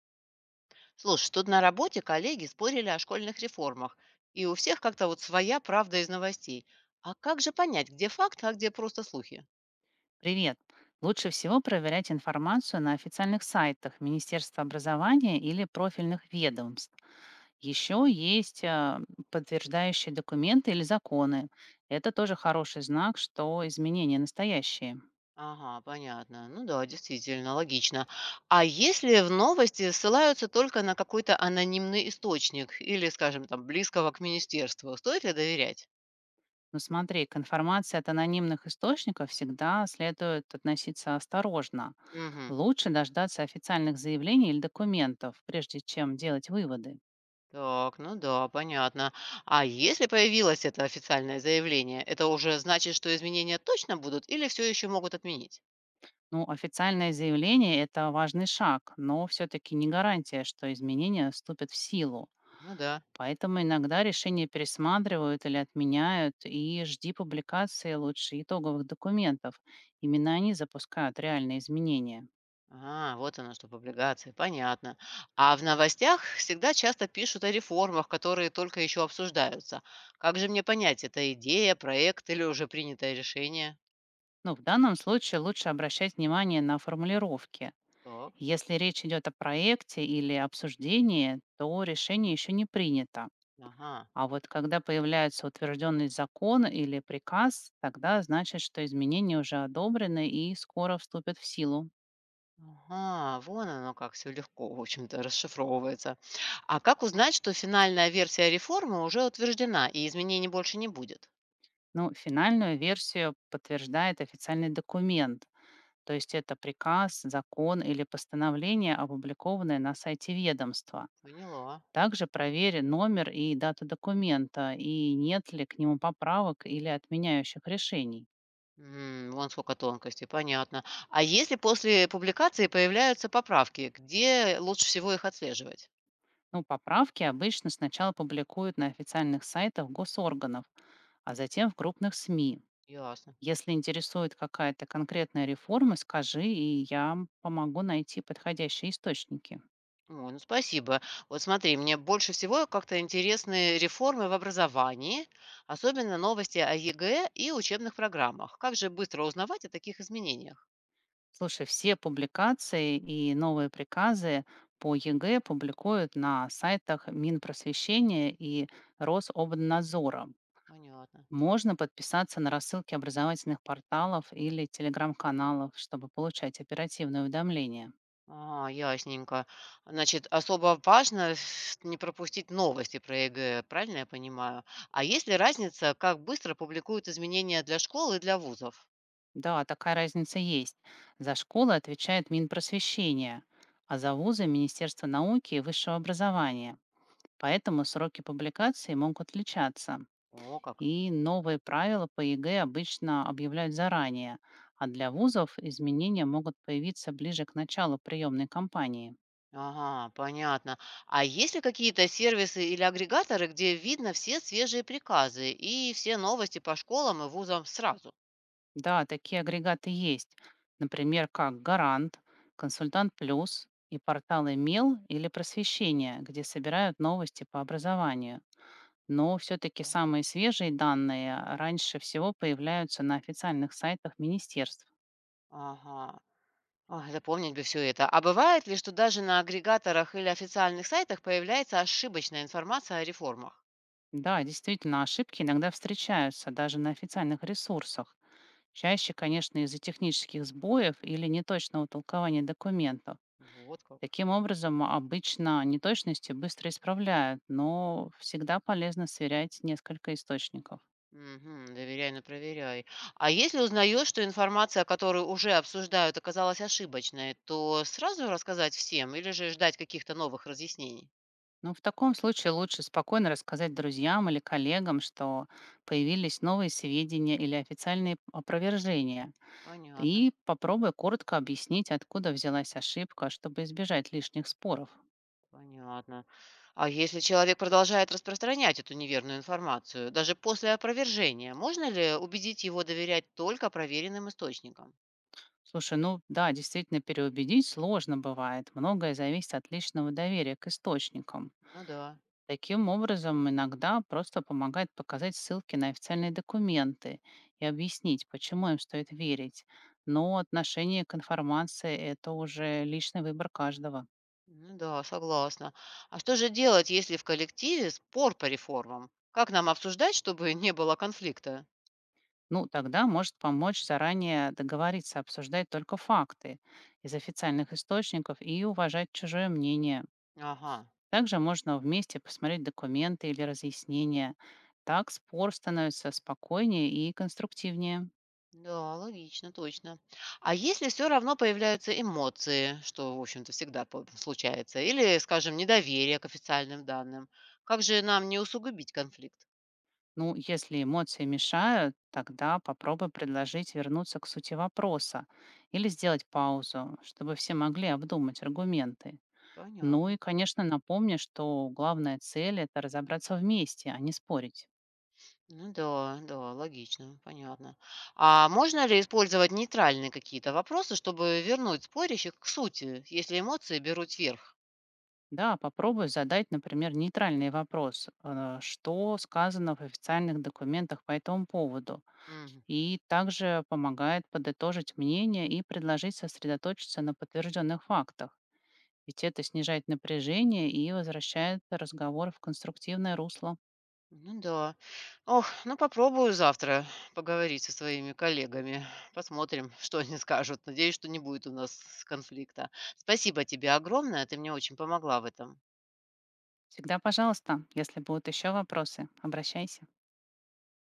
Слушай, тут на работе коллеги спорили о школьных реформах, и у всех как-то вот своя правда из новостей. А как же понять, где факт, а где просто слухи? Привет! Лучше всего проверять информацию на официальных сайтах Министерства образования или профильных ведомств. Еще есть подтверждающие документы или законы. Это тоже хороший знак, что изменения настоящие. Ага, понятно. Ну да, действительно, логично. А если в новости ссылаются только на какой-то анонимный источник или, скажем, там, близкого к министерству, стоит ли доверять? Но смотри, к информации от анонимных источников всегда следует относиться осторожно. Угу. Лучше дождаться официальных заявлений или документов, прежде чем делать выводы. Так, ну да, понятно. А если появилось это официальное заявление, это уже значит, что изменения точно будут или все еще могут отменить? Ну, официальное заявление — это важный шаг, но все-таки не гарантия, что изменения вступят в силу. Ну да. Поэтому иногда решения пересматривают или отменяют, и жди публикации лучше итоговых документов. Именно они запускают реальные изменения. А, вот оно что, публикации, понятно. А в новостях всегда часто пишут о реформах, которые только еще обсуждаются. Как же мне понять, это идея, проект или уже принятое решение? Ну, в данном случае лучше обращать внимание на формулировки. Так, Если речь идет о проекте или обсуждении, то решение еще не принято. ага. А вот когда появляется утвержденный закон или приказ, тогда значит, что изменения уже одобрены и скоро вступят в силу. Ага, вон оно как все легко, в общем-то, расшифровывается. А как узнать, что финальная версия реформы уже утверждена и изменений больше не будет? Ну, финальную версию подтверждает официальный документ, то есть это приказ, закон или постановление, опубликованное на сайте ведомства. Поняла. Также проверь номер и дату документа, и нет ли к нему поправок или отменяющих решений. М, вон сколько тонкостей, понятно. А если после публикации появляются поправки, где лучше всего их отслеживать? Ну, поправки обычно сначала публикуют на официальных сайтах госорганов, а затем в крупных СМИ. Ясно. Если интересует какая-то конкретная реформа, скажи, и я помогу найти подходящие источники. Ой, ну спасибо. Вот смотри, мне больше всего как-то интересны реформы в образовании, особенно новости о ЕГЭ и учебных программах. Как же быстро узнавать о таких изменениях? Слушай, все публикации и новые приказы по ЕГЭ публикуют на сайтах Минпросвещения и Рособнадзора. Понятно. Можно подписаться на рассылки образовательных порталов или телеграм-каналов, чтобы получать оперативные уведомления. А, ясненько. Значит, особо важно не пропустить новости про ЕГЭ, правильно я понимаю? А есть ли разница, как быстро публикуют изменения для школ и для вузов? Да, такая разница есть. За школы отвечает Минпросвещение, а за вузы — Министерство науки и высшего образования. Поэтому сроки публикации могут отличаться. О, как. И новые правила по ЕГЭ обычно объявляют заранее, а для вузов изменения могут появиться ближе к началу приемной кампании. Ага, понятно. А есть ли какие-то сервисы или агрегаторы, где видно все свежие приказы и все новости по школам и вузам сразу? Да, такие агрегаты есть, например, как «Гарант», «Консультант Плюс» и порталы «Мел» или «Просвещение», где собирают новости по образованию. Но все-таки Понятно. самые свежие данные раньше всего появляются на официальных сайтах министерств. Ага. Ой, запомнить бы все это. А бывает ли, что даже на агрегаторах или официальных сайтах появляется ошибочная информация о реформах? Да, действительно, ошибки иногда встречаются даже на официальных ресурсах. Чаще, конечно, из-за технических сбоев или неточного толкования документов. Вот как. Таким образом, обычно неточности быстро исправляют, но всегда полезно сверять несколько источников. Угу, доверяй, но проверяй. А если узнаешь, что информация, которую уже обсуждают, оказалась ошибочной, то сразу рассказать всем или же ждать каких-то новых разъяснений? Ну, в таком случае лучше спокойно рассказать друзьям или коллегам, что появились новые сведения или официальные опровержения. Понятно. И попробуй коротко объяснить, откуда взялась ошибка, чтобы избежать лишних споров. Понятно. А если человек продолжает распространять эту неверную информацию, даже после опровержения, можно ли убедить его доверять только проверенным источникам? Слушай, ну да, действительно, переубедить сложно бывает. Многое зависит от личного доверия к источникам. Ну да, Таким образом, иногда просто помогает показать ссылки на официальные документы и объяснить, почему им стоит верить. Но отношение к информации — это уже личный выбор каждого. ну да, согласна. А что же делать, если в коллективе спор по реформам? Как нам обсуждать, чтобы не было конфликта? Ну, тогда может помочь заранее договориться обсуждать только факты из официальных источников и уважать чужое мнение. Ага, Также можно вместе посмотреть документы или разъяснения. Так спор становится спокойнее и конструктивнее. да, логично, точно. А если все равно появляются эмоции, что, в общем-то, всегда случается, или, скажем, недоверие к официальным данным, как же нам не усугубить конфликт? Ну, если эмоции мешают, тогда попробуй предложить вернуться к сути вопроса или сделать паузу, чтобы все могли обдумать аргументы. Ну Понятно. и, конечно, напомни, что главная цель — это разобраться вместе, а не спорить. Ну да, да, логично, понятно. А можно ли использовать нейтральные какие-то вопросы, чтобы вернуть спорящих к сути, если эмоции берут верх? Да, попробуй задать, например, нейтральный вопрос, что сказано в официальных документах по этому поводу. Мгм. И также помогает подытожить мнение и предложить сосредоточиться на подтвержденных фактах. Ведь это снижает напряжение и возвращает разговор в конструктивное русло. Ну да. Ох, ну попробую завтра поговорить со своими коллегами. Посмотрим, что они скажут. Надеюсь, что не будет у нас конфликта. Спасибо тебе огромное, ты мне очень помогла в этом. Всегда пожалуйста, если будут еще вопросы, обращайся.